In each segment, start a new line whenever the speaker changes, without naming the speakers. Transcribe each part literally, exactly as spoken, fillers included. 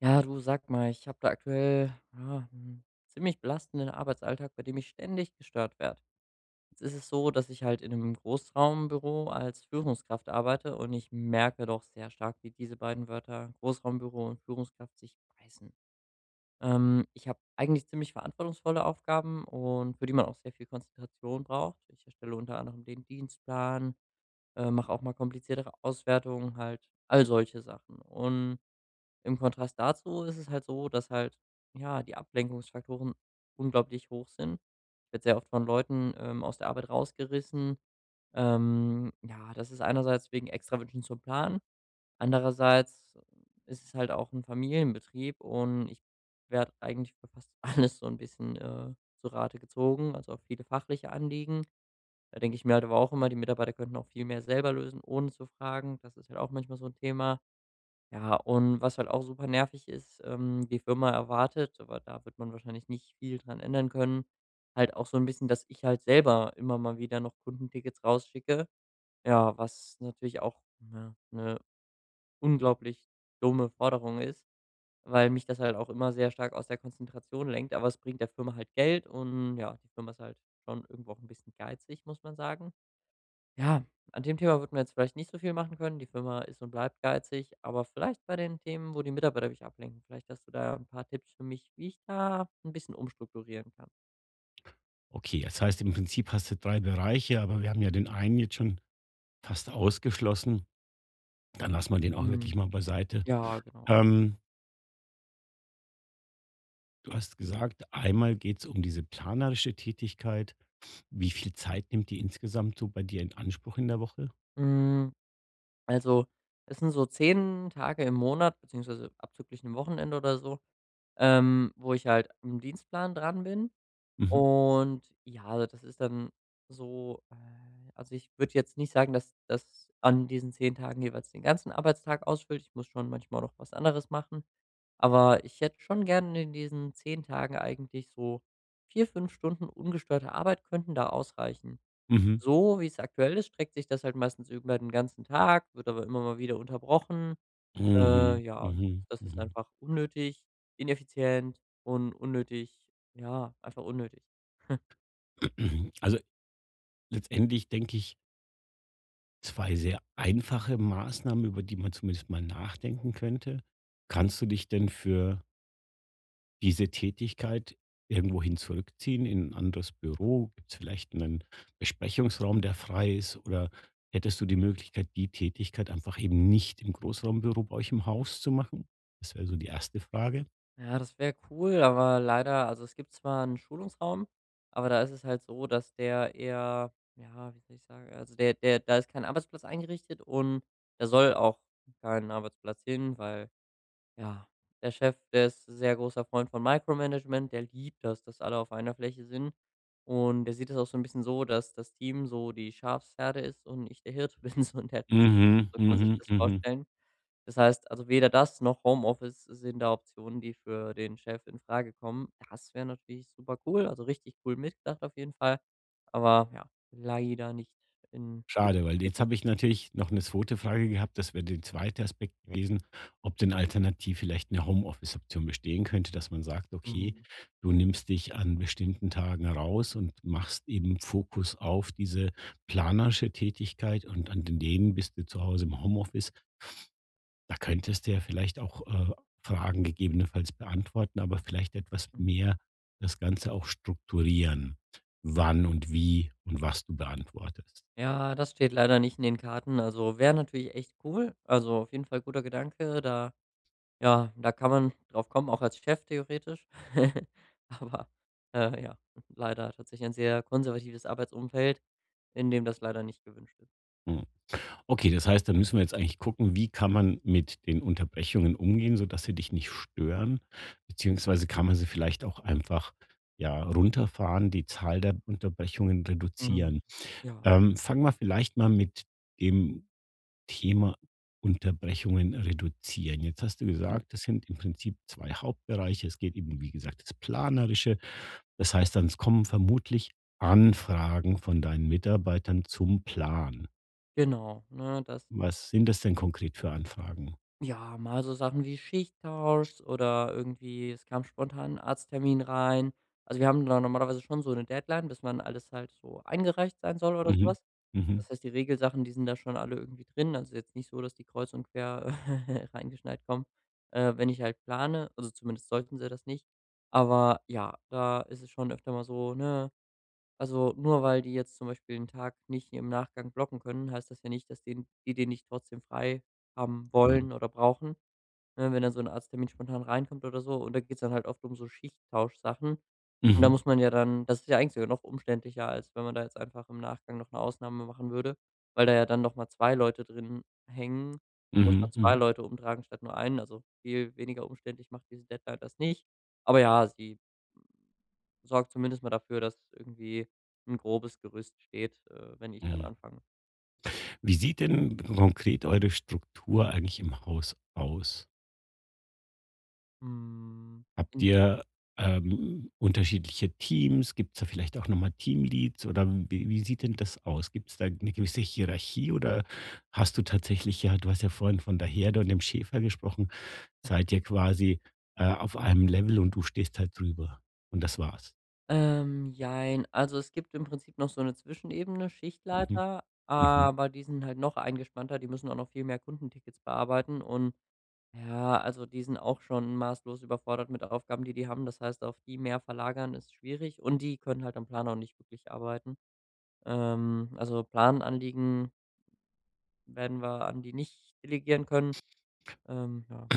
Ja, du sag mal, ich habe da aktuell ja, 'n ziemlich belastenden Arbeitsalltag, bei dem ich ständig gestört werde. Jetzt ist es so, dass ich halt in einem Großraumbüro als Führungskraft arbeite und ich merke doch sehr stark, wie diese beiden Wörter Großraumbüro und Führungskraft sich beißen. Ähm, ich habe eigentlich ziemlich verantwortungsvolle Aufgaben und für die man auch sehr viel Konzentration braucht. Ich erstelle unter anderem den Dienstplan, äh, mache auch mal kompliziertere Auswertungen halt, all solche Sachen. Und im Kontrast dazu ist es halt so, dass halt, ja, die Ablenkungsfaktoren unglaublich hoch sind. Ich werde sehr oft von Leuten, ähm, aus der Arbeit rausgerissen. Ähm, ja, das ist einerseits wegen Extrawünschen zum Plan, andererseits ist es halt auch ein Familienbetrieb und ich werde eigentlich für fast alles so ein bisschen, äh, zu Rate gezogen, also, auch viele fachliche Anliegen. Da denke ich mir halt aber auch immer, die Mitarbeiter könnten auch viel mehr selber lösen, ohne zu fragen. Das ist halt auch manchmal so ein Thema. Ja, und was halt auch super nervig ist, ähm, die Firma erwartet, aber da wird man wahrscheinlich nicht viel dran ändern können, halt auch so ein bisschen, dass ich halt selber immer mal wieder noch Kundentickets rausschicke. Ja, was natürlich auch, eine unglaublich dumme Forderung ist, weil mich das halt auch immer sehr stark aus der Konzentration lenkt, aber es bringt der Firma halt Geld und ja, die Firma ist halt schon irgendwo auch ein bisschen geizig, muss man sagen. Ja, an dem Thema würden wir jetzt vielleicht nicht so viel machen können. Die Firma ist und bleibt geizig, aber vielleicht bei den Themen, wo die Mitarbeiter mich ablenken, vielleicht hast du da ein paar Tipps für mich, wie ich da ein bisschen umstrukturieren kann.
Okay, das heißt, im Prinzip hast du drei Bereiche, aber wir haben ja den einen jetzt schon fast ausgeschlossen. Dann lassen wir den auch wirklich
Mhm.
mal beiseite.
Ja, genau.
Ähm, du hast gesagt, einmal geht es um diese planerische Tätigkeit. Wie viel Zeit nimmt die insgesamt so bei dir in Anspruch in der Woche?
Hm, also, es sind so zehn Tage im Monat, beziehungsweise abzüglich einem Wochenende oder so, ähm, wo ich halt im Dienstplan dran bin.
Mhm.
Und ja, also das ist dann so äh, also ich würde jetzt nicht sagen, dass das an diesen zehn Tagen jeweils den ganzen Arbeitstag ausfüllt. Ich muss schon manchmal noch was anderes machen. Aber ich hätte schon gerne in diesen zehn Tagen eigentlich so vier fünf Stunden ungestörte Arbeit könnten da ausreichen.
Mhm.
So wie es aktuell ist, streckt sich das halt meistens über den ganzen Tag, wird aber immer mal wieder unterbrochen. Äh,
Mhm.
ja, und
Mhm.
das ist
Mhm.
einfach unnötig, ineffizient und unnötig ja, einfach unnötig.
Also, letztendlich denke ich, zwei sehr einfache Maßnahmen, über die man zumindest mal nachdenken könnte. Kannst du dich denn für diese Tätigkeit irgendwohin zurückziehen in ein anderes Büro? Gibt es vielleicht einen Besprechungsraum, der frei ist? Oder hättest du die Möglichkeit, die Tätigkeit einfach eben nicht im Großraumbüro bei euch im Haus zu machen? Das wäre so die erste Frage.
Ja, das wäre cool, aber leider also, es gibt zwar einen Schulungsraum, aber da ist es halt so, dass der eher ja, wie soll ich sagen also, der der da ist kein Arbeitsplatz eingerichtet und da soll auch kein Arbeitsplatz hin, weil ja, der Chef, der ist ein sehr großer Freund von Micromanagement, der liebt das, dass alle auf einer Fläche sind. Und der sieht das auch so ein bisschen so, dass das Team so die Schafsherde ist und ich der Hirte bin so in der Richtung.
Mhm,
So kann man sich
mhm,
das
mhm.
vorstellen. Das heißt, also weder das noch Homeoffice sind da Optionen, die für den Chef in Frage kommen. Das wäre natürlich super cool, also richtig cool mitgedacht auf jeden Fall. Aber ja, leider nicht in geht
Schade, weil jetzt
nicht.
habe ich natürlich noch eine zweite Frage gehabt. Das wäre der zweite Aspekt gewesen, ob denn alternativ vielleicht eine Homeoffice-Option bestehen könnte, dass man sagt: „Okay,
Mhm.
du nimmst dich an bestimmten Tagen raus und machst eben Fokus auf diese planerische Tätigkeit und an den denen bist du zu Hause im Homeoffice." Da könntest du ja vielleicht auch, äh, Fragen gegebenenfalls beantworten, aber vielleicht etwas
Mhm.
mehr das Ganze auch strukturieren, wann und wie und was du beantwortest.
Ja, das steht leider nicht in den Karten. Also, wäre natürlich echt cool. Also, auf jeden Fall guter Gedanke. Da ja, da kann man drauf kommen, auch als Chef theoretisch. Aber, äh, ja, leider tatsächlich ein sehr konservatives Arbeitsumfeld, in dem das leider nicht gewünscht ist.
Mhm. Okay, das heißt, da müssen wir jetzt eigentlich gucken, wie kann man mit den Unterbrechungen umgehen, sodass sie dich nicht stören? Beziehungsweise kann man sie vielleicht auch einfach ja, runterfahren, die Zahl der Unterbrechungen
Mhm.
reduzieren.
Ja,
Ähm, fangen wir vielleicht mal mit dem Thema Unterbrechungen reduzieren. Jetzt hast du
Hm?
gesagt, das sind im Prinzip zwei Hauptbereiche. Es geht eben, wie gesagt, das Planerische. Das heißt, dann es kommen vermutlich Anfragen von deinen Mitarbeitern zum Plan.
Genau, ne? Das.
Was sind das denn konkret für Anfragen?
Ja, mal so Sachen wie Schichttausch oder irgendwie es kam spontan 'n Arzttermin rein. Also, wir haben da normalerweise schon so eine Deadline, bis man alles halt so eingereicht sein soll oder
Mhm.
sowas.
Mhm.
Das heißt, die Regelsachen, die sind da schon alle irgendwie drin. Also, jetzt nicht so, dass die kreuz und quer reingeschneit kommen, äh, wenn ich halt plane. Also, zumindest sollten sie das nicht. Aber ja, da ist es schon öfter mal so, ne, also, nur weil die jetzt zum Beispiel den Tag nicht im Nachgang blocken können, heißt das ja nicht, dass den die den nicht trotzdem frei haben
Mhm.
wollen oder brauchen. Ne, wenn dann so ein Arzttermin spontan reinkommt oder so. Und da geht's dann halt oft um so Schichttauschsachen. Und da
Mhm.
muss man ja dann das ist ja eigentlich sogar noch umständlicher, als wenn man da jetzt einfach im Nachgang noch eine Ausnahme machen würde, weil da ja dann noch mal zwei Leute drin hängen. Muss man
Mhm.
zwei
Mhm.
Leute umtragen statt nur einen. Also, viel weniger umständlich macht diese Deadline das nicht. Aber ja, sie sorgt zumindest mal dafür, dass irgendwie ein grobes Gerüst steht, äh, wenn ich dann
Mhm.
anfange.
Wie sieht denn konkret eure Struktur eigentlich im Haus aus?
Hm.
Habt ihr, ähm, unterschiedliche Teams? Gibt es da vielleicht auch nochmal Teamleads oder wie wie sieht denn das aus? Gibt es da eine gewisse Hierarchie oder hast du tatsächlich ja, du hast ja vorhin von der Herde und dem Schäfer gesprochen, seid ihr quasi, äh, auf einem Level und du stehst halt drüber und das war's?
Ähm, jein. Also, es gibt im Prinzip noch so eine Zwischenebene,
Mhm.
Schichtleiter,
Mhm.
aber die sind halt noch eingespannter, die müssen auch noch viel mehr Kundentickets bearbeiten und ja, also, die sind auch schon maßlos überfordert mit Aufgaben, die die haben. Das heißt, auf die mehr verlagern ist schwierig und die können halt am Plan auch nicht wirklich arbeiten. Ähm, also, Plananliegen werden wir an die nicht delegieren können. Ähm, ja.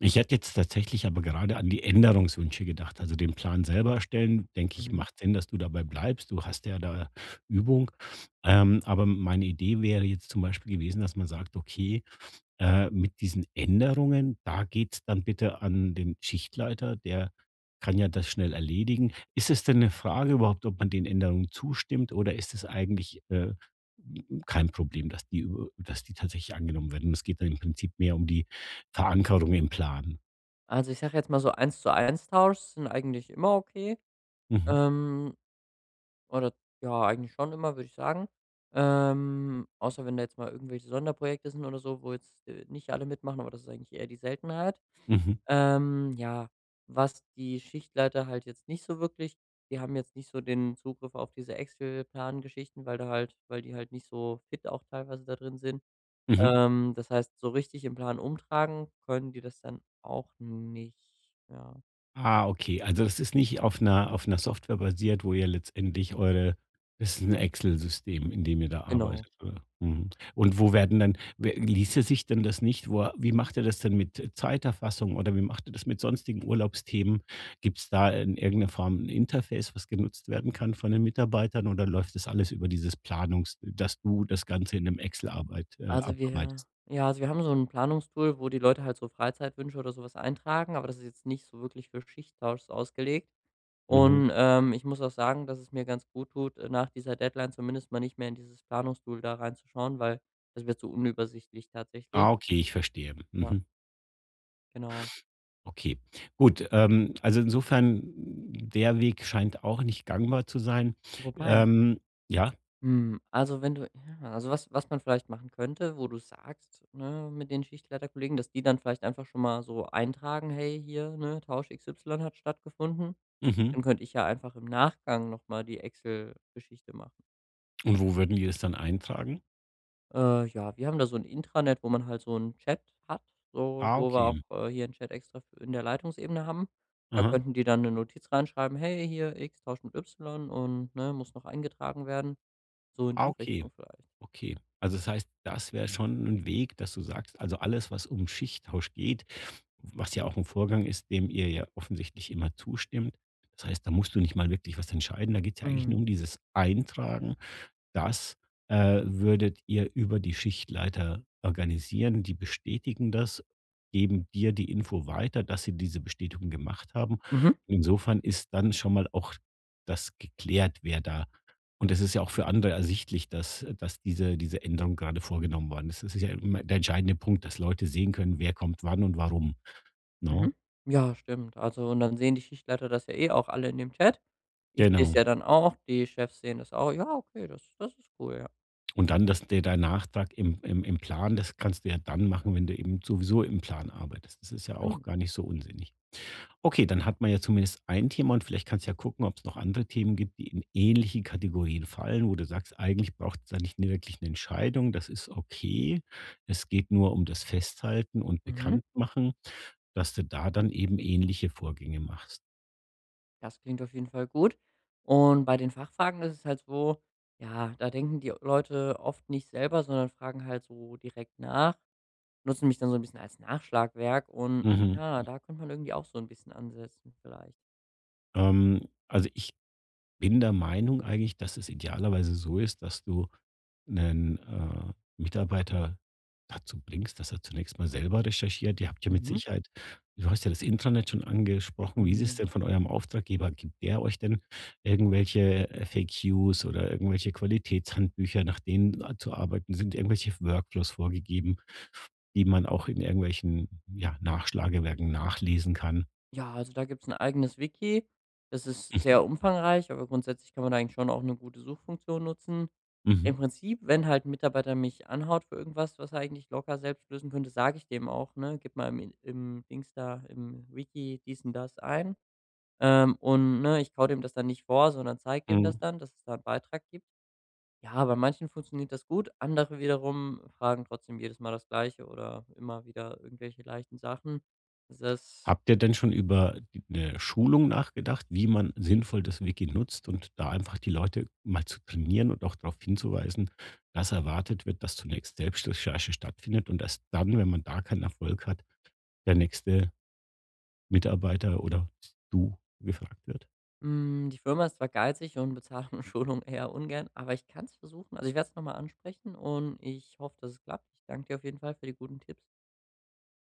Ich hätte jetzt tatsächlich aber gerade an die Änderungswünsche gedacht. Also den Plan selber erstellen, denke ich,
Mhm.
macht Sinn, dass du dabei bleibst. Du hast ja da Übung. Ähm, aber meine Idee wäre jetzt zum Beispiel gewesen, dass man sagt, okay, äh, mit diesen Änderungen, da geht's dann bitte an den Schichtleiter, der kann ja das schnell erledigen. Ist es denn eine Frage überhaupt, ob man den Änderungen zustimmt oder ist es eigentlich äh, kein Problem, dass die, über- dass die tatsächlich angenommen werden? Es geht dann im Prinzip mehr um die Verankerung im Plan.
Also, ich sage jetzt mal so, Eins-zu-Eins-Tausch sind eigentlich immer okay.
Mhm,
Ähm Oder ja, eigentlich schon immer, würde ich sagen. Ähm, außer wenn da jetzt mal irgendwelche Sonderprojekte sind oder so, wo jetzt äh, nicht alle mitmachen, aber das ist eigentlich eher die Seltenheit.
mhm,
Ähm, ja, was die Schichtleiter halt jetzt nicht so wirklich, die haben jetzt nicht so den Zugriff auf diese Excel-Plan-Geschichten, weil da halt, weil die halt nicht so fit auch teilweise da drin sind.
mhm.
Ähm, das heißt, so richtig im Plan umtragen können die das dann auch nicht. Ja,
Ah, okay. Also das ist nicht auf einer auf einer Software basiert, wo ihr letztendlich eure das ist ein Excel-System, in dem ihr da
genau.
arbeitet, oder? Mhm. Und wo werden dann we ließe sich denn das nicht wo wie macht ihr das denn mit Zeiterfassung oder wie macht ihr das mit sonstigen Urlaubsthemen? Gibt es da in irgendeiner Form ein Interface, was genutzt werden kann von den Mitarbeitern oder läuft das alles über dieses Planungs dass du das Ganze in einem Excel-Arbeit äh,
Also wir
abarbeitest?
ja, also wir haben so ein Planungstool, wo die Leute halt so Freizeitwünsche oder sowas eintragen, aber das ist jetzt nicht so wirklich für Schichttausch ausgelegt.
Mhm.
Und, ähm, ich muss auch sagen, dass es mir ganz gut tut, äh, nach dieser Deadline zumindest mal nicht mehr in dieses Planungstool da reinzuschauen, weil das wird so unübersichtlich tatsächlich.
Ah, okay, ich verstehe.
Ja,
Mhm.
genau.
Okay, gut. Ähm, also insofern, der Weg scheint auch nicht gangbar zu sein.
Wobei
Ähm, ja,
hm, also wenn du ja, also was was man vielleicht machen könnte, wo du sagst, ne, mit den Schichtleiterkollegen, dass die dann vielleicht einfach schon mal so eintragen: „Hey, hier, ne, Tausch X Y hat stattgefunden.“
mhm.
Dann könnte ich ja einfach im Nachgang noch mal die Excel-Geschichte machen.
Und wo würden die das dann eintragen?
Äh, ja, wir haben da so ein Intranet, wo man halt so einen Chat hat, so
Ah,
wo wir auch,
okay.
äh, hier einen Chat extra f in der Leitungsebene haben. Da
Aha.
könnten die dann eine Notiz reinschreiben: „Hey, hier X tauscht mit Y und, ne, muss noch eingetragen werden.“ So in
Ah,
die
okay,
Richtung vielleicht.
okay. Also das heißt, das wäre schon ein Weg, dass du sagst, also alles, was um Schichttausch geht, was ja auch ein Vorgang ist, dem ihr ja offensichtlich immer zustimmt. Das heißt, da musst du nicht mal wirklich was entscheiden. Da geht's ja eigentlich
Mhm.
nur um dieses Eintragen. Das, äh, würdet ihr über die Schichtleiter organisieren. Die bestätigen das, geben dir die Info weiter, dass sie diese Bestätigung gemacht haben.
Mhm.
Und insofern ist dann schon mal auch das geklärt, wer da und es ist ja auch für andere ersichtlich, dass dass diese diese Änderung gerade vorgenommen worden ist. Das ist ja immer der entscheidende Punkt, dass Leute sehen können, wer kommt wann und warum, no?
Mhm. Ja, stimmt. Also, und dann sehen die Schichtleiter das ja eh auch alle in dem Chat. Ich sehe es
Genau.
ja dann auch, die Chefs sehen das auch. Ja, okay, das das ist cool, ja.
Und dann das der der Nachtrag im im im Plan, das kannst du ja dann machen, wenn du eben sowieso im Plan arbeitest. Das ist ja auch
Stimmt.
gar nicht so unsinnig. Okay, dann hat man ja zumindest ein Thema und vielleicht kannst du ja gucken, ob es noch andere Themen gibt, die in ähnliche Kategorien fallen, wo du sagst: „Eigentlich braucht es da nicht 'ne wirklich eine Entscheidung. Das ist okay. Es geht nur um das Festhalten und
Mhm.
Bekanntmachen", dass du da dann eben ähnliche Vorgänge machst.
Das klingt auf jeden Fall gut. Und bei den Fachfragen ist es halt so, ja, da denken die Leute oft nicht selber, sondern fragen halt so direkt nach, nutzen mich dann so ein bisschen als Nachschlagwerk und
Mhm.
ja, da könnte man irgendwie auch so ein bisschen ansetzen vielleicht.
Ähm, also, ich bin der Meinung eigentlich, dass es idealerweise so ist, dass du einen äh, Mitarbeiter dazu bringst, dass er zunächst mal selber recherchiert. Ihr habt ja mit
Mhm.
Sicherheit du hast ja das Intranet schon angesprochen. Wie ist es
Hm.
denn von eurem Auftraggeber? Gibt der euch denn irgendwelche F A Qs oder irgendwelche Qualitätshandbücher, nach denen zu arbeiten? Sind irgendwelche Workflows vorgegeben, die man auch in irgendwelchen, ja, Nachschlagewerken nachlesen kann?
Ja, also da gibt's ein eigenes Wiki. Das ist
Mhm.
sehr umfangreich, aber grundsätzlich kann man da eigentlich schon auch eine gute Suchfunktion nutzen.
Mhm.
Im Prinzip, wenn halt 'n Mitarbeiter mich anhaut für irgendwas, was er eigentlich locker selbst lösen könnte, sage ich dem auch, ne: „Gib mal im In im Dings da, im Wiki dies und das ein.“ Ähm, und, ne, ich kau dem das dann nicht vor, sondern zeige dem das
Mhm.
dann, dass es da 'n Beitrag gibt. Ja, bei manchen funktioniert das gut, andere wiederum fragen trotzdem jedes Mal das Gleiche oder immer wieder irgendwelche leichten Sachen. Das.
Habt ihr denn schon über d 'ne Schulung nachgedacht, wie man sinnvoll das Wiki nutzt und da einfach die Leute mal zu trainieren und auch darauf hinzuweisen, dass erwartet wird, dass zunächst Selbstrecherche stattfindet und erst dann, wenn man da keinen Erfolg hat, der nächste Mitarbeiter oder du gefragt wird?
Hm, die Firma ist zwar geizig und bezahlt Schulung eher ungern, aber ich kann es versuchen. Also, ich werde es nochmal ansprechen und ich hoffe, dass es klappt. Ich danke dir auf jeden Fall für die guten Tipps.